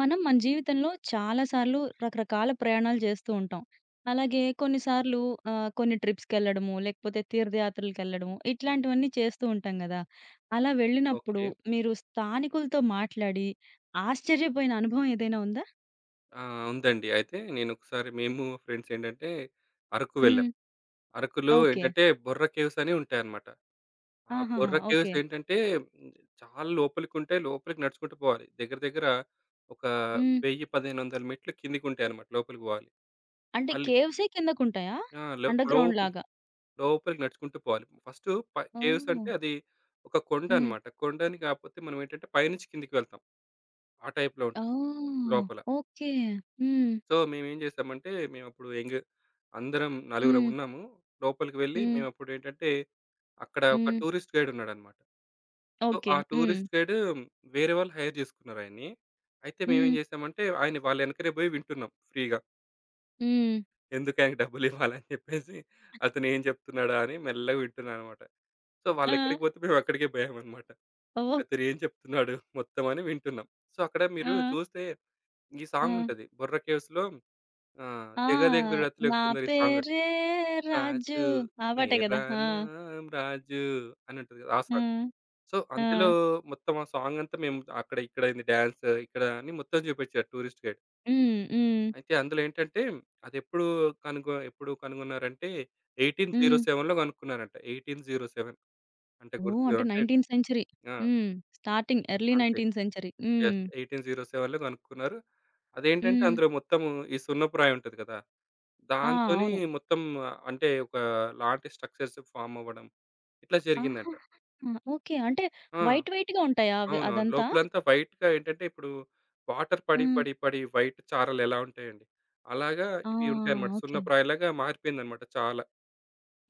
మనం మన జీవితంలో చాలా సార్లు రకరకాల ప్రయాణాలు చేస్తూ ఉంటాం. అలాగే కొన్నిసార్లు కొన్ని ట్రిప్స్‌కెళ్ళడము, లేకపోతే తీర్థయాత్రలకెళ్ళడము ఇట్లాంటివన్నీ చేస్తూ ఉంటాం గదా! అలా వెళ్ళినప్పుడు ఓకే. మీరు స్థానికులతో మాట్లాడి ఆశ్చర్యపోయిన అనుభవం ఏదైనా ఉందా? ఆ! ఉందండి. అయితే నేనొకసారి మేము ఫ్రెండ్స్ అరకు వెళ్ళాం. హ్మ్. అరకులో ఓకే. ఏంటంటే బొర్రా కేవ్స్ అని ఉంటాయన్నమాట. ఆ ఆహాహా! బొర్రా ఓకే. కేవ్స్ ఏంటంటే చాలా లోపలికుంటాయి. లోపలికి నడుచుకుంటూ పోవాలి. దగ్గర దగ్గర ఒక హ్మ్. 1000, 1500 మెట్లు కిందకుంటాయన్నమాట. లోపలికి పోవాలి. అంటే అల్లి కేవ్సే కిందకుంటాయా? ఆ! లో అండర్‌గ్రౌండ్ లోపలి లాగా? లోపలికి నడుచుకుంటూ పోవాలి. ఫస్టు ప కేవ్స్ ఓహ్! అంటే అది ఒక కొండ హ్మ్. అన్నమాట. కొండని కాకపోతే మనం ఏంటంటే పైనుంచి కిందకి వెళ్తాం. ఆ టైప్‌లో ఉంటుంది ఓహ్! లోపల. ఓకే. హ్మ్. సో, మేమేం జేసామంటే, మేమప్పుడు యంగ్, అందరం నలుగురం హ్మ్. ఉన్నాము. లోపలికి వెళ్లి హ్మ్. మేమప్పుడేంటంటే, అక్కడ ఒక హ్మ్. టూరిస్ట్ గైడున్నాడనమాట. So, okay. ఆ హ్మ్. టూరిస్ట్ గైడు వేరే వాళ్ళు హైర్ జేసుకున్నారాయన్ని. అయితే మేమేం హ్మ్. జేసామంటే, ఆయన వాళ్ళ యెనకనే బోయి వింటున్నాం ఫ్రీగా. హ్మ్. ఎందుకు ఆయనకి డబ్బులివ్వాలని జెప్పేసి, అతనేం జెప్తున్నాడా అని మెల్లగా వింటున్నాననమాట. సో, ఆ! వాళ్ళెక్కడికి పోతే మేమక్కడికే బోయామనమాట. ఓహ్! అతనేం జెప్తున్నాడు మొత్తం అని వింటున్నాం. సో, అక్కడ మీరు ఆ! చూస్తే ఈ ఆ! సాంగుంటది. 'బొర్రా కేవ్స్‌లో', ఆ! 'జగదేక వీరుడతిలోక నా సుందరి' సాంగ్. పేరే రాజు. రాజు ఆ పాటే గదా! మేరా ఆ! నామ్ రాజు అని ఉంటది కదా! ఆ సాంగ్. హ్మ్. సో, ఆ! అందులో మొత్తం ఆ సాంగ్ అంతా మేము అక్కడ ఇక్కడ అయింది, డాన్స్ ఇక్కడ అని మొత్తం చూపించాడు టూరిస్ట్ గైడ్. హ్మ్. హ్మ్. అయితే అందులో ఏంటంటే అదెప్పుడు కనుగొ ఎప్పుడు కనుగొన్నారంటే హ్మ్. 1807లో కనుక్కున్నారంట. 1807 అంటే గుర్తు ఓహ్! అంటే అంటే 19th century. ఆ! హ్మ్. స్టార్టింగ్ ఎర్లీ అంతే. 19th century. యెస్, హ్మ్. 1807లో కనుక్కున్నారు. అదేంటంటే హ్మ్. అందులో మొత్తము ఈ సున్నపురాయి ఉంటది కదా! ఆ! దాంతోని అవును. మొత్తం, అంటే ఒక లాంటి స్ట్రక్చర్స్ ఫార్మ్ అవ్వడం ఇట్లా ఆహా! జరిగిందంట. ఓకే. అంటే ఆ! వైట్ వైట్‌గా ఉంటాయా అవి అవునవును. అదంతా? లోపలంతా వైట్‌గా, ఏంటంటే ఇప్పుడు వాటర్ పడి, హ్మ్. పడి, పడి వైట్ చారలు ఎలా ఉంటాయండి. అలాగా ఆ! ఇవి ఉంటాయన్నమాట. ఓకే. సున్నప్రాయలాగా మారిపోయిందన్నమాట చాలా.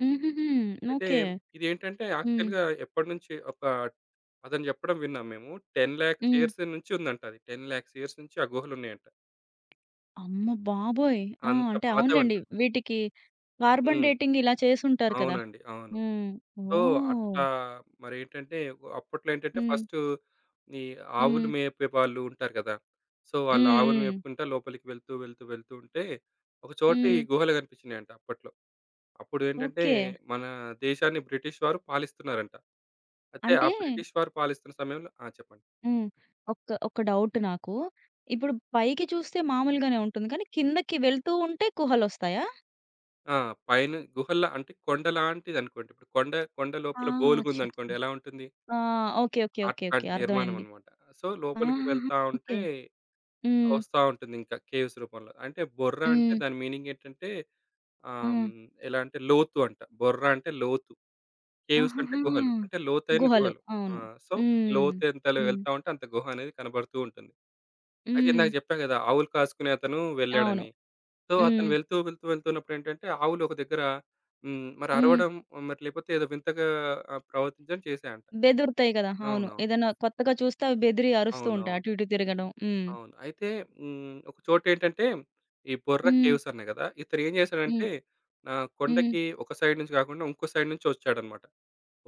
హుహుహు. అయితే ఓకే. ఇదేంటంటే హ్మ్. యాక్చువల్‌గా ఎప్పటినుంచి, ఒక అతను చెప్పడం విన్నాం మేము. 10,00,000 హ్మ్. ఇయర్స్ నుంచి ఉందంట అది. 10,00,000 ఇయర్స్ నుంచి ఆ గుహలున్నాయంట. అమ్మ బాబోయ్! ఆ! అంత అంటే పాతవంట. అవునులెండి. వీటికి కార్బన్ హ్మ్. డేటింగ్ ఇలా చేసుంటారు కదా! అవునండి. అవును. హ్మ్. సో, ఓహ్! అట్లా మరేంటంటే అప్పట్లో ఏంటంటే హ్మ్. ఫస్టు ఈ ఆవులు హ్మ్. మేపే వాళ్ళు ఉంటారు కదా! సో, వాళ్ళు హ్మ్. ఆవులు హ్మ్. మేపుకుంటా లోపలికి వెళ్తూ, వెళ్తూ, వెళ్తూ ఉంటే ఒక చోట ఈ హ్మ్. గుహలు కనిపించినాయంట అప్పట్లో. అప్పుడు ఏంటంటే ఓకే. మన దేశాన్ని బ్రిటిష్ వారు పాలిస్తున్నారంట. అయితే ఆ అంటే బ్రిటిష్ వారు పాలిస్తున్న సమయంలో ఆ! చెప్పండి. హ్మ్. ఒక డౌట్ నాకు. ఇప్పుడు పైకి చూస్తే మామూలుగానే ఉంటుంది. కానీ కిందకి వెళ్తూ ఉంటే కుహలొస్తాయా? ఆ! పైన గుహల్లా అంటే కొండలాంటిదనుకోండి. ఇప్పుడు కొండ కొండ ఆ! లోపల అచ్చచ్చ! బోలుగుందనుకోండి ఎలా ఉంటుంది? ఆ! ఓకే. ఓకే. ఓకే. ఓకే. అట్లాంటి నిర్మాణం అర్థమైంది. అన్నమాట. సో, లోపలికి ఆహాహా! వెళ్తా ఓకే. ఉంటే హ్మ్. వస్తా ఉంటుందింకా కేవ్స్ రూపంలో. అంటే బొర్ర అంటే హ్మ్. దాని మీనింగ్ ఏంటంటే ఆహ్, హ్మ్. హ్మ్. ఎలా అంటే లోతు అంట. బొర్ర అంటే లోతు. కేవ్స్ అంటే ఆహాహా! గుహలు. అంటే లోతైన గుహలు. గుహలు. ఆ! అవును. సో, హ్మ్. లోతు ఎంతలో హ్మ్. వెళ్తా ఉంటే అంత గుహ అనేది కనబడుతూ ఉంటుంది. అయితే హ్మ్. ఇందాక చెప్పా కదా! ఆవులు కాసుకునే అతను అవును. వెళ్ళాడని. సో, అతను హ్మ్. వెళ్తూ, వెళ్తూ, వెళ్తున్నప్పుడు ఏంటంటే ఆవులు ఒక దగ్గర మరి హ్మ్. అరవడం, మరి లేకపోతే ఏదో వింతగా ప్రవర్తించడం చేశాయంట. బెదురుతాయి కదా! అవును. అవునవును. ఏదైనా కొత్తగా చూస్తే అవి బెదిరి అరుస్తూ ఉంటాయి. అవునవును. అటు ఇటు తిరగడం. హ్మ్. అవును. అయితే హ్మ్. ఒక చోటేంటంటే ఈ బొర్ర హ్మ్. కేవ్స్ అన్నా గదా! ఇతను ఏం హ్మ్. చేశాడంటే హ్మ్. కొండకి ఒక సైడ్ నుంచి గాకుండా ఇంకో సైడ్ నుంచి వచ్చాడన్నమాట.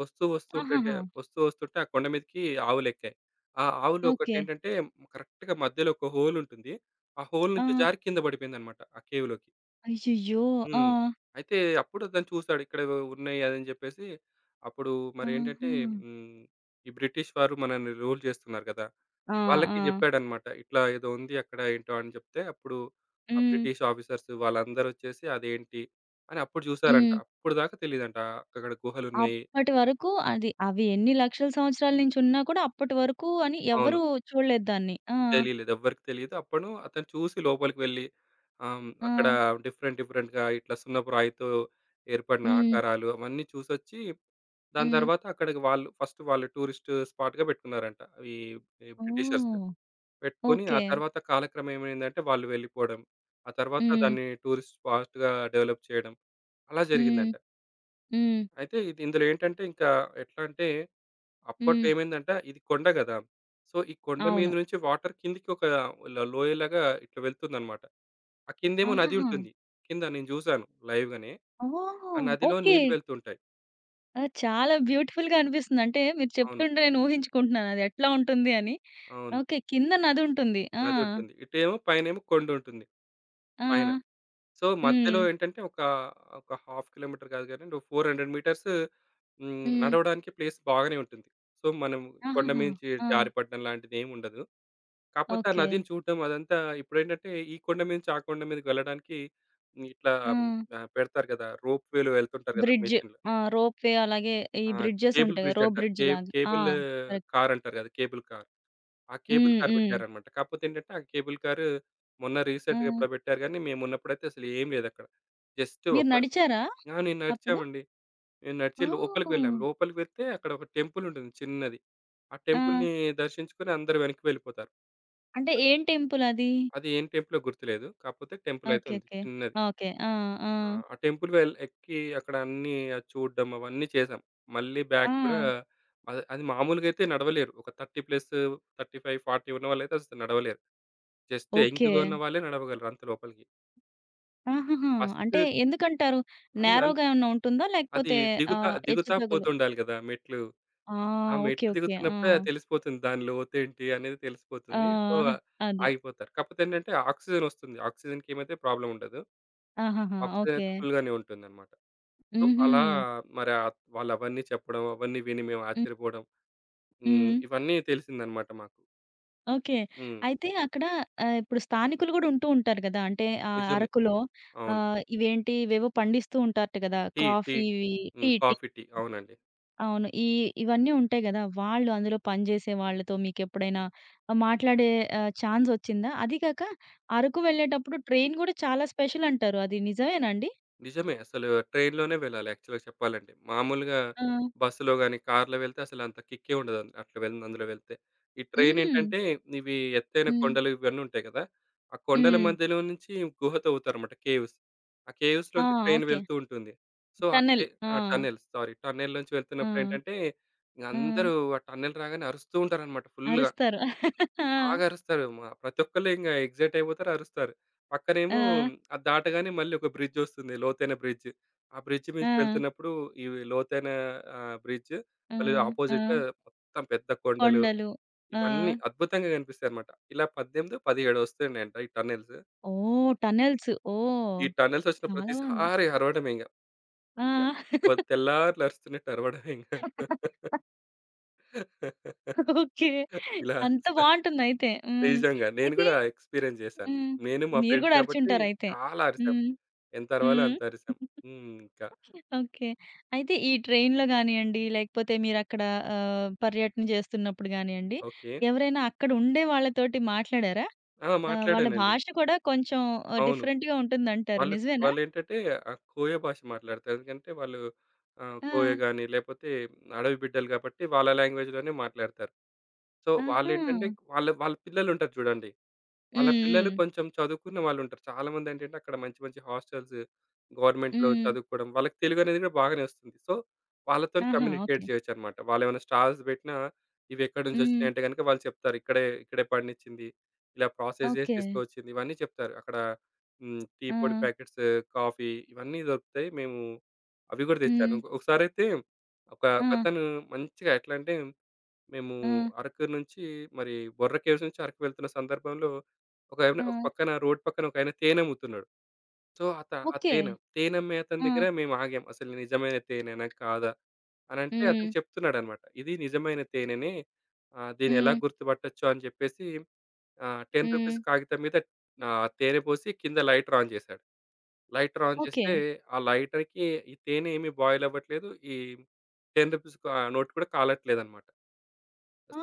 వస్తూ వస్తుంటంటే ఆహాహా! వస్తూ వస్తుంటే ఆ కొండ మీదకి ఆవులెక్కాయి. ఆ ఆవులు ఓకే. ఒకటేంటంటే కరెక్ట్‌గా మధ్యలో ఒక హోల్ ఉంటుంది. ఆ హోల్ ఆ! నుంచి జారి కింద పడిపోయిందన్నమాట ఆ కేవ్‌లోకి. అయ్యయ్యో! ఆ! హ్మ్. అయితే అప్పుడు అతను చూసాడు ఇక్కడ ఏవో ఉన్నాయి అదని చెప్పేసి, అప్పుడు మరేంటంటే ఆహా! హ్మ్. ఈ బ్రిటిష్ వారు మనల్ని రూల్ చేస్తున్నారు గదా! ఆ! ఆ! వాళ్ళకి జెప్పాడన్నమాట. ఇట్లా ఏదో ఉంది అక్కడ ఏంటో అని జెప్తే, అప్పుడు ఆ హ్మ్. బ్రిటిష్ ఆఫీసర్స్ వాళ్ళందరొచ్చేసి అదేంటి అని అప్పుడు జూసారంట. హ్మ్. అప్పటిదాకా తెలీదంట. అక్కడ గుహలున్నయి. అప్పటి వరకు అది అవి ఎన్ని లక్షల సంవత్సరాల నుంచి ఉన్నా కూడా అప్పటి వరకు అని అవును. ఎవరు చూడలేదు దాన్ని. ఆ! తెలీలేదు. ఎవ్వరికీ తెలీదు. అప్పుడు అతను చూసి లోపలికి వెళ్లి ఆహ్, హ్మ్. ఆ! అక్కడ డిఫరెంట్ డిఫరెంట్‌గా ఇట్లా సున్నపు రాయితో ఏర్పడిన హ్మ్. ఆకారాలు అవన్నీ చూసొచ్చి, దాని హ్మ్. తర్వాత అక్కడికి వాళ్ళు ఫస్ట్ వాళ్ళు టూరిస్ట్ స్పాట్‌గా పెట్టుకున్నారంట. ఈ ఈ బ్రిటిషర్స్. ఓహ్! పెట్టుకొని ఓకే. ఆ తర్వాత కాలక్రమం ఏమైందంటే వాళ్ళు వెళ్ళిపోవడం. ఆ తర్వాత హ్మ్. దాన్ని టూరిస్ట్ స్పాట్‌గా డెవలప్ చేయడం. అలా హ్మ్. జరిగిందంట. హ్మ్. అయితే ఇది ఇందులో ఏంటంటే ఇంకా ఎట్లా అంటే అప్పట్లో హ్మ్. ఏమైందంటే ఇది కొండ గదా! సో, ఈ కొండ మీద అవును. నుంచి వాటర్ కిందకి ఒక లోయలాగా ఇట్లా వెళ్తుందన్నమాట. ఆ కిందేమో నది ఆహాహా! ఉంటుంది. కింద నేను జూసాను లైవ్‌గానే. ఆ ఓహ్! నదిలో ఓకే. నీళ్ళు వెళ్తుంటాయి. ఆ! చాలా బ్యూటిఫుల్‌గా అనిపిస్తుంది. అంటే మీరు అవును. చెప్తుంటే నేను ఊహించుకుంటున్నాను అది ఎట్లా ఉంటుంది అని. అవును. ఓకే. కింద నది ఉంటుంది. ఆ! నది ఉంటుంది. ఇటేమో పైనేమో కొండుంటుంది ఆ! పైన. సో, హ్మ్. మధ్యలో ఏంటంటే ఒక హాఫ్ కిలోమీటర్ కాదు గానీ 400 మీటర్స్. హ్మ్. హ్మ్. నడవడానికి ప్లేస్ బాగానే ఉంటుంది. సో, మనం కొండ ఆహాహా! మీంచి ఆ! జారిపడడం లాంటిదేమి ఉండదు. కాకపోతే ఆ ఓకే. నదిని చూడడం అదంతా. ఇప్పుడేంటంటే ఈ కొండ మీద నుంచి ఆ కొండ మీదకి వెళ్ళడానికి హ్మ్. ఇట్లా ఆ! ఆహ్, పెడతారు కదా! రోప్ వేలో వెళ్తుంటారు కదా! బ్రిడ్జ్. మెషిన్‌లో. ఆ! రోప్ వే అలాగే ఈ ఆ! బ్రిడ్జెస్ కేబుల్ ఉంటాయి కదా! బ్రిడ్జ్ రోప్ అంటారు. బ్రిడ్జ్ కే లాగా. ఆ! Cable correct. కార్ అంటారు కదా! Cable car. ఆ కేబుల్ హ్మ్. కార్ హ్మ్. పెట్టారన్నమాట. కాకపోతే ఏంటంటే ఆ కేబుల్ కారు మొన్న ఆ! రీసెంట్‌గా ఎప్పుడో పెట్టారు గానీ మేమున్నప్పుడైతే అసలు ఏం లేదక్కడ. జస్ట్ మీరు ఒక. నడిచారా ఆ! నేను అప్పుడు? నడిచామండి. నేను నడిచి లోపలికి ఓహ్! వెళ్ళాం. లోపలికి వెళ్తే అక్కడ ఒక టెంపుల్ ఉంటుంది చిన్నది. ఆ ఆ! టెంపుల్‌ని దర్శించుకొని అందరూ వెనక్కి వెళ్ళిపోతారు. అంటే ఏం టెంపుల్ అది? అది ఏం టెంపులో గుర్తులేదు. కాకపోతే టెంపుల్ అయితే ఓకే. ఉంది ఓకే. చిన్నది. ఓకే. ఆ! ఆ! ఆ! ఆ టెంపుల్ వెల్ ఎక్కి అక్కడ అన్నీ అది చూడడం అవన్నీ చేసాం. మళ్ళీ ఆ! బ్యాక్ కూడా అది అది మామూలుగా అయితే నడవలేరు. ఒక 30 ప్లస్, 35, 40 ఉన్న వాళ్ళైతే అసలు నడవలేరు. Just okay. యంగ్‌గా ఉన్న వాళ్ళే నడవగలరు అంత లోపలికి. ఆహాహా! ఫస్ట్ అంటే ఎందుకంటారు? అన్ నేరోగా అంత్ ఏమన్నా ఉంటుందా? అది లేకపోతే దిగుతా హెచ్చు దిగుతా తగులు. పోతుండాలి కదా! మెట్లు. ఆ! ఆ ఓకే. మెట్లు ఓకే. ఆ! దిగుతున్నప్పుడే అది తెలిసిపోతుంది. దాని లోతేంటి అనేది ఆ! తెలిసిపోతుంది. సో, అదే. ఆగిపోతారు. కాకపోతే ఏంటంటే ఆక్సిజన్ వస్తుంది. ఆక్సిజన్‌కి ఏమైతే ప్రాబ్లమ్ ఉండదు. ఆహాహా! Oxygen okay. అయితే ఫుల్‌గానే ఉంటుందన్నమాట. సో, హుహు. అలా మరి వాళ్ళు అవన్నీ చెప్పడం, అవన్నీ విని మేము హ్మ్. ఆశ్చర్యపోవడం. హ్మ్. హ్మ్. ఇవన్నీ తెలిసిందన్నమాట మాకు. ఓకే. హ్మ్. అయితే అక్కడ ఇప్పుడు స్థానికులు గూడా ఉంటూ ఉంటారు గదా! అంటే నిజమే. అరకులో అవును. ఇవేంటి ఇవేవో పండిస్తూ ఉంటారట గదా! Tea, tea. కాఫీ ఇవి హ్మ్. Tea coffee, tea. అవునండి. అవును. ఈ ఇవన్నీ ఉంటాయి గదా! వాళ్ళు అందులో పనిజేసే వాళ్ళతో మీకెప్పుడైనా మాట్లాడే ఛాన్స్ ఒచ్చిందా? అది కాక అరకు వెళ్ళేటప్పుడు ట్రైన్ గూడా చాలా స్పెషల్ అంటారు. అది నిజమేనా అండి? నిజమే. అసలు ట్రైన్‌లోనే వెళ్ళాలి యాక్చువల్‌గా చెప్పాలంటే. మామూలుగా ఆ! బస్సులో గాని, కార్‌లో వెళ్తే అసలు అంత కిక్కే ఉండదు. అంద- అట్లా వెళ్ అందులో వెళ్తే. ఈ ట్రైన్ హుహు. ఏంటంటే ఇవి ఎత్తైన హ్మ్. కొండలు ఇవన్నీ ఉంటాయి కదా! ఆ కొండల హ్మ్. మధ్యలో నుంచి గుహ తవ్వుతారన్నమాట, కేవ్స్. ఆ ఆ! కేవ్స్‌లోంచి ట్రైన్ ఓకే. వెళ్తూ ఉంటుంది. సో, ఆ టన్నెల్. కే ఆ! ఆ! Tunnel, sorry. టన్నెల్‌లోంచి ఆ! వెళ్తున్నప్పుడు ఏంటంటే, ఇంగ ఆ! అందరూ ఆ టన్నెల్ రాగానే అరుస్తూ ఉంటారన్నమాట ఫుల్‌గా. అరుస్తారు. ఆ! బాగా అరుస్తారు. మా ప్రతి ఒక్కళ్ళు ఇంగ ఎక్సైట్ అయిపోతారు, అరుస్తారు. ఆ! పక్కనేమో అది దాటగానే మళ్ళీ ఒక బ్రిడ్జ్ వస్తుంది. లోతైన బ్రిడ్జ్. ఆ బ్రిడ్జ్ ఆ! మీంచి వెళ్తున్నప్పుడు ఇవి లోతైన ఆహ్, బ్రిడ్జ్ ఆ! మళ్ళీ ఆ! ఆపోజిట్‌గా మొత్తం పెద్ద కొండలు కొండలు. ఆ! ఇవన్నీ అద్భుతంగా కనిపిస్తాయన్నమాట. ఇలా 18, 17 వస్తాయంట ఈ టన్నెల్స్. ఓహ్! టన్నెల్స్. ఓహ్! ఈ టన్నెల్స్ వచ్చిన చాలా బావుంది. ప్రతిసారి అరవడమే ఇంగ. ఇంగ ఆ! తెల్లార్లు అరుస్తున్నట్టు అరవడమే ఇంగ. ఓకే. ఇలా అంత అరుస్తారు. బావుంటుందయితే. హ్మ్. నిజంగా నేను అయితే కూడా ఎక్స్‌పీరియన్స్ చేశాను. హ్మ్. నేను మా మీరు ఫ్రెండ్స్ గూడా కాబట్టి అరిచుంటారయితే. చాలా అరిసాం. హ్మ్. ఎంత అరవాలో హ్మ్. అంత అరిసాం. హ్మ్. ఇంకా, ఓకే. అయితే ఈ ట్రైన్‌లో గానియండి, లేకపోతే మీరక్కడ పర్యటన చేస్తున్నప్పుడు గానియండి, ఓకే. ఎవరైనా అక్కడ ఉండే వాళ్ళతోటి మాట్లాడారా? ఆ! వాళ్ళ మాట్లాడానండి. భాష కూడా కొంచెం అవును. డిఫరెంట్‌గా ఉంటుందంటారు. వాళ్ళు నిజమేనా? వాళ్ళేంటంటే కోయ భాష మాట్లాడతారు. ఎందుకంటే వాళ్ళు ఆ! కోయ గాని లేపోతే అడవి బిడ్డలు కాబట్టి వాళ్ళ లాంగ్వేజ్‌లోనే మాట్లాడతారు. సో, ఆహా! వాళ్ళేంటంటే వాళ్ళ వాళ్ళ పిల్లలుంటారు చూడండి. వాళ్ళ హ్మ్. పిల్లలు హ్మ్. కొంచెం చదువుకున్న వాళ్ళుంటారు. చాలామంది ఏంటంటే అక్కడ మంచి మంచి హాస్టల్స్, గవర్నమెంట్‌లో హ్మ్. చదువుకోవడం. వాళ్ళకి తెలుగు అనేది కూడా బాగానే వస్తుంది. సో, వాళ్ళతోని ఆహా! ఓకే. కమ్యూనికేట్ చేయొచ్చనమాట. వాళ్ళేమైనా స్టార్స్ పెట్టినా ఇవెక్కడి హ్మ్. నుంచొచ్చినాయంటే గనుక వాళ్ళు చెప్తారు. ఇక్కడే ఇక్కడే పండించింది. ఇలా ప్రాసెస్ చేసి ఓకే. తీసుకొచ్చింది. ఇవన్నీ చెప్తారు. అక్కడ హ్మ్. టీ ఆ! పొడి ప్యాకెట్స్, కాఫీ ఇవన్నీ దొరుకుతాయి. మేము అవి కూడా తెచ్చాను. హ్మ్. ఒకసారైతే ఆ! ఒకతను మంచిగా, ఎట్లంటే మేము ఆ! అరకు నుంచి, మరి బొర్ర కేవ్స్ నుంచి అరకు వెళ్తున్న సందర్భంలో ఒకాయన ఆ! ఒక పక్కన, రోడ్ పక్కన ఒకాయన తేనె అమ్ముతున్నాడు. సో, ఆ ఓకే. తేనె అమ్మే అతని ఆ! దగ్గర మేము ఆగాం. అసలు నిజమైన తేనెనా? కాదా? అనంటే హ్మ్. అతను చెప్తున్నాడన్నమాట. ఇది నిజమైన తేనెనే. దీన్ని ఎలా హ్మ్. గుర్తుపట్టొచ్చు అని చెప్పేసి 10 హ్మ్. రూపీస్ కాగితం మీద తేనె పోసి కింద లైటర్ ఆన్ చేశాడు. Lighter on okay. చేస్తే ఆ లైటర్‌కి ఈ తేనె ఏమి బాయిల్ అవ్వట్లేదు. ఈ 10 రూపీస్ నోట్ కూడా కాలట్లేదన్నమాట.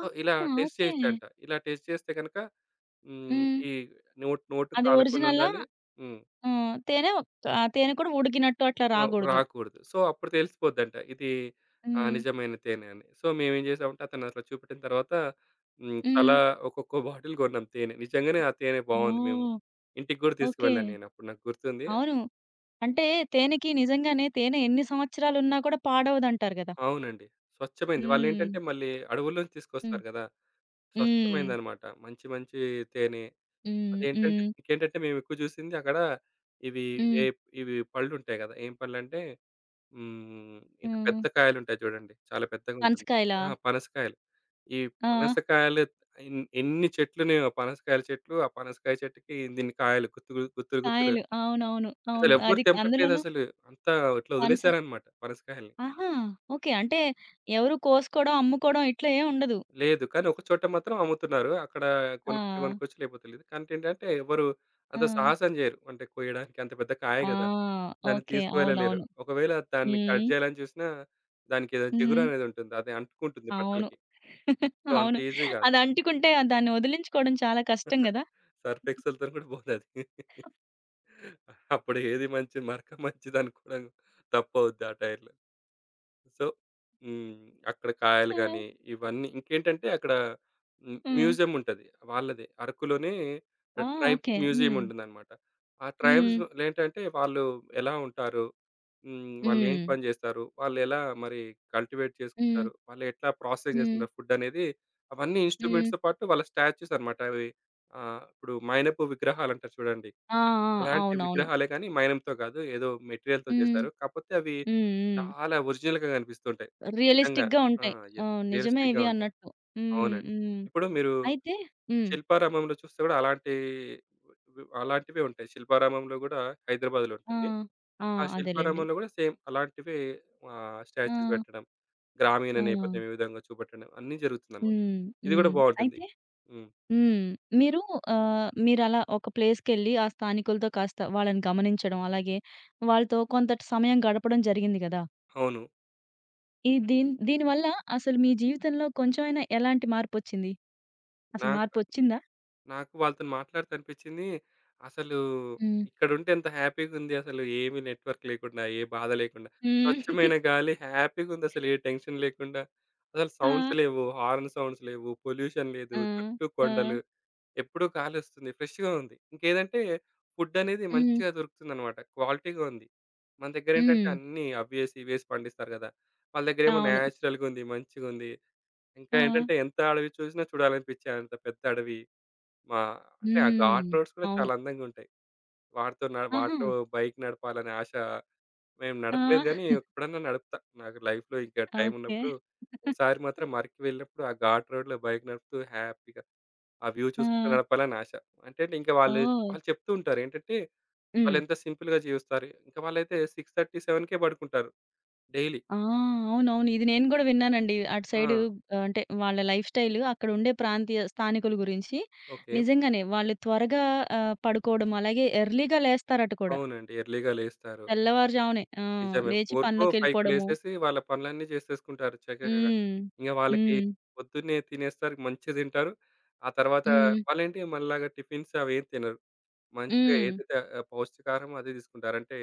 ఆహా! ఇలా టెస్ట్ ఓకే. చేయొచ్చంట. ఇలా టెస్ట్ చేస్తే గనక హ్మ్. హ్మ్. ఈ నోట్ నోటు అది కాలకుండా ఒరిజినలా? ఉండాలి. హ్మ్. హ్మ్. తేనె ఆ తేనె కూడా ఉడికినట్టు అట్లా రాగూడదు. రాకూడదు. సో, అప్పుడు తెలిసిపోద్దంట. ఇది హ్మ్. నిజమైన తేనె అని. సో, మేమేం చేసామంటే అతను అట్లా చూపెట్టిన తర్వాత హ్మ్. హ్మ్. తలా ఒక్కొక్క బాటిల్ కొన్నాం తేనె. నిజంగానే ఆ తేనె బావుంది. మేము ఓహ్! ఇంటికి గూడా ఓకే. తీసుకువెళ్ళాను నేను. అప్పుడు నాకు గుర్తుంది. అవును. అంటే తేనెకి నిజంగానే తేనె ఎన్ని సంవత్సరాలున్నా కూడా పాడవదంటారు గదా! అవునండి. స్వచ్ఛమైంది. హ్మ్. వాళ్ళేంటంటే మళ్ళీ అడవుల్లోంచి హ్మ్. తీసుకొస్తారు గదా! హ్మ్. స్వచ్ఛమైందనమాట. మంచి మంచి తేనె. హ్మ్. అదేంటంటే హ్మ్. ఇంకేంటంటే మేమెక్కువ చూసింది అక్కడ ఇవి ఏ హ్మ్. ఇవి పళ్ళుంటాయి గదా! ఏం పళ్ళంటే హ్మ్. ఇంత హ్మ్. పెద్ద కాయలుంటాయి చూడండి. చాలా పెద్దగుంటుంది. పనసకాయలా? ఆ! పనసకాయలు. ఈ ఆ! పనసకాయలు ఎన్ని చెట్లున్నాయో పనసకాయల చెట్లు, ఆ పనసకాయ చెట్టుకి దీన్ని కాయలు గుత్తు గుత్తు- గుత్తులు, గుత్తులు, గుత్తులుగా. కాయలు. అవునవును. అవును. అసలెవ్వరు అది అందులోనూ తెంపట్లేదసలు. అంతా ఇట్లా పనస వదిలేసారన్నమాట పనసకాయల్ని. ఆహా! ఓకే. అంటే ఎవరు కోసుకోవడం, అమ్ముకోవడం ఇట్లా ఏం ఉండదు. లేదు. కానీ ఒక చోట మాత్రం అమ్ముతున్నారు. అక్కడ ఆ! కొనుక్కుంటే కొనుక్కోవచ్చు. లేకపోతే లేదు. కానీ ఏంటంటే ఎవరు ఆ! అంత సాహసం చేయరు. అంటే కోయడానికి అంత పెద్ద కాయ ఆ! గదా! దాన్ని ఓకే. తీసుకువెళ్ళలేరు. అవునవును. ఒకవేళ దాన్ని హ్మ్. కట్ చేయాలని చూసినా దానికేదో జిగురు హ్మ్. అనేది ఉంటుంది. అది అంటుకుంటుంది అవును. బట్టలకి. సో, అంత అవును. ఈజీ గాదు. అది అంటుకుంటే దాన్ని వదిలించుకోవడం చాలా కష్టం గదా! సర్ఫ్ ఎక్సెల్‌తోని కూడా పోదది. అప్పుడు ఏది మంచి మరక మంచిదనుకోవడం తప్పవుద్ది ఆ టైర్‌లో. సో, హ్మ్. అక్కడ కాయలు ఆ! గాని, ఇవన్నీ ఇంకేంటంటే అక్కడ హ్మ్. హ్మ్. మ్యూజియం ఉంటది. వాళ్ళదే. అరకులోనే ఆ! Tribes okay. మ్యూజియం హ్మ్. ఉంటుందన్నమాట. ఆ హ్మ్. ట్రైబ్స్‌లో ఏంటంటే వాళ్ళు ఎలా ఉంటారు? హ్మ్. వాళ్ళేం హ్మ్. పని జేస్తారు? వాళ్ళెలా మరి కల్టివేట్ హ్మ్. చేసుకుంటారు? వాళ్ళు ఎట్లా ప్రాసెసింగ్ హ్మ్. చేసుకుంటారు ఫుడ్ అనేది? అవన్నీ హ్మ్. ఇన్‌స్ట్రుమెంట్స్‌తో పాటు వాళ్ళ స్టాచ్యూస్ అన్నమాట. అవి ఇప్పుడు మైనపు విగ్రహాలంటారు చూడండి. ఆ! ఆ! అలాంటి అవునవును. విగ్రహాలే కానీ మైనంతో కాదు. ఏదో మెటీరియల్‌తో హ్మ్. చేశారు. కాకపోతే అవి హ్మ్. హ్మ్. చాలా ఒరిజినల్‌గా కనిపిస్తుంటాయి. నిజంగా. రియలిస్టిక్‌గా ఆ! ఉంటాయి. ఆ! యెస్. నిజమే రియలిస్టిక్‌గా ఇవి ఉంటాయి. అన్నట్టు. హ్మ్. అవునండి. హ్మ్. ఇప్పుడు మీరు అయితే హ్మ్. శిల్పారామంలో చూస్తే కూడా అలాంటి అలాంటివే ఉంటాయి. శిల్పారామంలో కూడా, హైదరాబాద్‌లో ఆ! ఉంటుంది. ఆ! ఆ అదేలెండి. శిల్పారామంలో కూడా సేమ్ అలాంటివే ఆ! స్టాచ్యూస్ పెట్టడం, గ్రామీణ ఆ! నేపథ్యం ఏ విధంగా చూపెట్టడం అన్నీ జరుగుతుందన్నమాట. హ్మ్. ఇది కూడా హ్మ్. బావుంటుంది. అయితే హ్మ్. హ్మ్. మీరు మీరలా ఒక ప్లేస్‌కెళ్ళి ఆ స్థానికులతో కాస్త వాళ్ళని గమనించడం, అలాగే వాళ్ళతో కొంత సమయం గడపడం జరిగింది గదా! అవును. ఈ దీన్ దీనివల్ల అసలు మీ జీవితంలో కొంచెమైనా ఎలాంటి మార్పొచ్చింది? అసలు నాకు మార్పొచ్చిందా? నాకు వాళ్ళతోని మాట్లాడితే అనిపిచ్చింది, అసలు హ్మ్. ఇక్కడుంటే ఎంత హ్యాపీగుంది అసలు, ఏమి నెట్‌వర్క్ లేకుండా, ఏ బాధ లేకుండా. హ్మ్. స్వచ్ఛమైన గాలి, హ్యాపీగుందసలు ఏ టెన్షన్ లేకుండా. అసలు ఆ! సౌండ్స్ లేవు, హార్న్ సౌండ్స్ లేవు, పొల్యూషన్ లేదు, ఆ! చుట్టూ ఆ! కొండలు. ఎప్పుడూ గాలొస్తుంది. ఫ్రెష్‌గా ఉంది. ఇంకేదంటే ఫుడ్డనేది హ్మ్. మంచిగా దొరుకుతుందనమాట. క్వాలిటీగా ఉంది. మన దగ్గరేంటంటే హ్మ్. అన్నీ అవ్వేసి, ఇవ్వేసి పండిస్తారు గదా! వాళ్ళ దగ్గరేమో అవును. నేచురల్‌గుంది, మంచిగుంది. ఇంకా ఆ! ఏంటంటే ఎంత అడవి చూసినా చూడాలనిపిచ్చే అంత పెద్ద అడవి. మా అంటే ఆ హ్మ్. ఘాట్ రోడ్స్ కూడా అవును. చాలా అందంగా ఉంటాయి. వాటితో న ఆహా! వాటిలో బైక్ నడపాలనే ఆశ. మేము ఆ! నడపలేదు గానీ, ఎప్పుడన్నా నడుపుతా. నాకు లైఫ్‌లో ఇంకా టైం ఓకే. ఉన్నప్పుడు ఒకసారి మాత్రం అరకు వెళ్ళినప్పుడు ఆ ఘాట్ రోడ్‌లో బైక్ నడుపుతూ హ్యాపీగా ఆ వ్యూ ఆ! చూస్తూ నడపాలని ఆశ. అంటే ఇంకా వాళ్ళు ఓహ్! వాళ్ళు చెప్తూ ఉంటారు. ఏంటంటే హ్మ్. వాళ్ళెంత సింపుల్‌గా జీవిస్తారు. ఇంకా వాళ్ళైతే 6:30, 7కే పడుకుంటారు డైలీ. ఆ! అవునవును. ఇది నేను గూడా విన్నానండి. అటు ఆ! సైడు అంటే వాళ్ళ లైఫ్ స్టైలు అక్కడుండే ప్రాంతీయ స్థానికుల గురించి ఓకే. నిజంగానే వాళ్ళు త్వరగా పడుకోవడం, అలాగే ఎర్లీగా లేస్తారట కూడా. అవునండి. ఎర్లీ‌గా లేస్తారు. తెల్లవారుజామునే. ఆ! నిజమే. లేచి 4కో, 5కో పనులకెళ్ళిపోవడము. లేసేసి వాళ్ళ పనులన్నీ చేసేసుకుంటారు చక్కగా. హ్మ్. ఇంక వాళ్ళకి హ్మ్. పొద్దున్నే తినేస్తారు, మంచిగా తింటారు. ఆ తర్వాత హ్మ్. వాళ్ళేంటి మనలాగా టిఫిన్స్ అవేం తినరు. మంచిగా హ్మ్. ఏదైతే పౌష్టికాహారం అదే తీసుకుంటారు. అంటే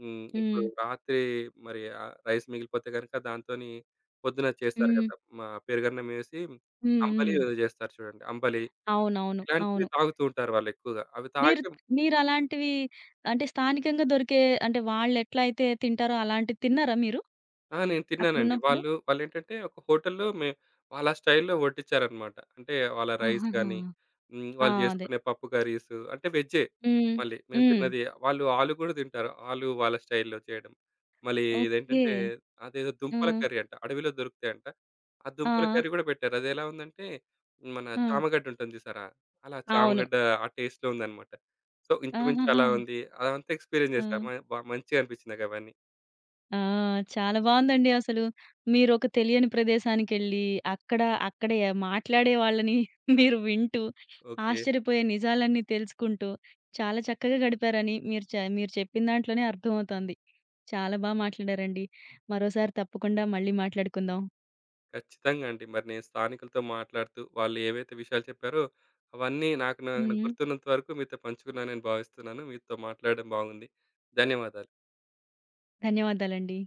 హ్మ్. ఇప్పుడు హ్మ్. రాత్రి మరి రైస్ మిగిలిపోతే గనుక దాంతోని పొద్దున చేస్తారు హ్మ్. కదా! మా పెరుగన్నం వేసి హ్మ్. అంబలి హ్మ్. ఏదో చేస్తారు చూడండి. అంబలి అవునవును. ఇలాంటివి అవును. తాగుతూ ఉంటారు వాళ్ళెక్కువగా. అవి మీరు తాగి మీరలాంటివి అంటే స్థానికంగా దొరికే అంటే వాళ్ళెట్లా అయితే తింటారో అలాంటివి తిన్నారా మీరు ఆ! నేను తిన్నానండి. అక్కడున్నప్పుడు? వాళ్ళేంటంటే ఒక హోటల్‌లో వాళ్ళ స్టైల్‌లో వడ్డించారనమాట. అంటే వాళ్ళ రైస్ ఆహాహా! గానీ, హ్మ్. ఆ! వాళ్ళు అదే. జేసుకునే పప్పు కర్రీస్ అంటే వెజ్జే హ్మ్. మళ్ళీ. మేము హ్మ్. తిన్నది వాళ్ళు ఆలు గూడా తింటారు. ఆలు వాళ్ళ స్టైల్‌లో చేయడం. మళ్ళీ ఓకే. ఇదేంటంటే అదేదో ఆ! దుంపల కర్రీ అంట. అడవిలో దొరుకుతాయంట. ఆ దుంపల ఆ! కర్రీ గూడా పెట్టారు. అదెలా ఉందంటే మన ఆ! చామగడ్డ ఉంటుంది జూసారా? అలా అవును. చామగడ్డ ఆ టేస్ట్‌లో ఉందనమాట. సో, ఇంచుమించు ఆహాహా! అలా ఉంది. అదంతా ఎక్స్‌పీరియన్స్ ఆ! జేసా. మ బా మంచిగా అనిపించింది నాకవన్నీ. ఆ! చాలా బావుందండి అసలు. మీరొక తెలియని ప్రదేశానికెళ్ళి, అక్కడ అక్కడ య మాట్లాడే వాళ్ళని మీరు వింటూ, ఓకే. ఆశ్చర్యపోయే నిజాలన్నీ తెలుసుకుంటూ, చాలా చక్కగా గడిపారని మీరు చెప్పిన దాంట్లోనే అర్థమవుతోంది. చాలా బా మాట్లాడారండి. మరోసారి తప్పకుండా మళ్ళీ మాట్లాడుకుందాం. ఖచ్చితంగా అండి. మరి నేను స్థానికులతో మాట్లాడుతూ, వాళ్ళు ఏవైతే విషయాలు చెప్పారో, అవన్నీ నాకు నాకు హ్మ్. గుర్తున్నంత వరకు మీతో పంచుకున్నానని భావిస్తున్నాను. మీతో మాట్లాడడం బాగుంది. ధన్యవాదాలు. ధన్యవాదాలండి.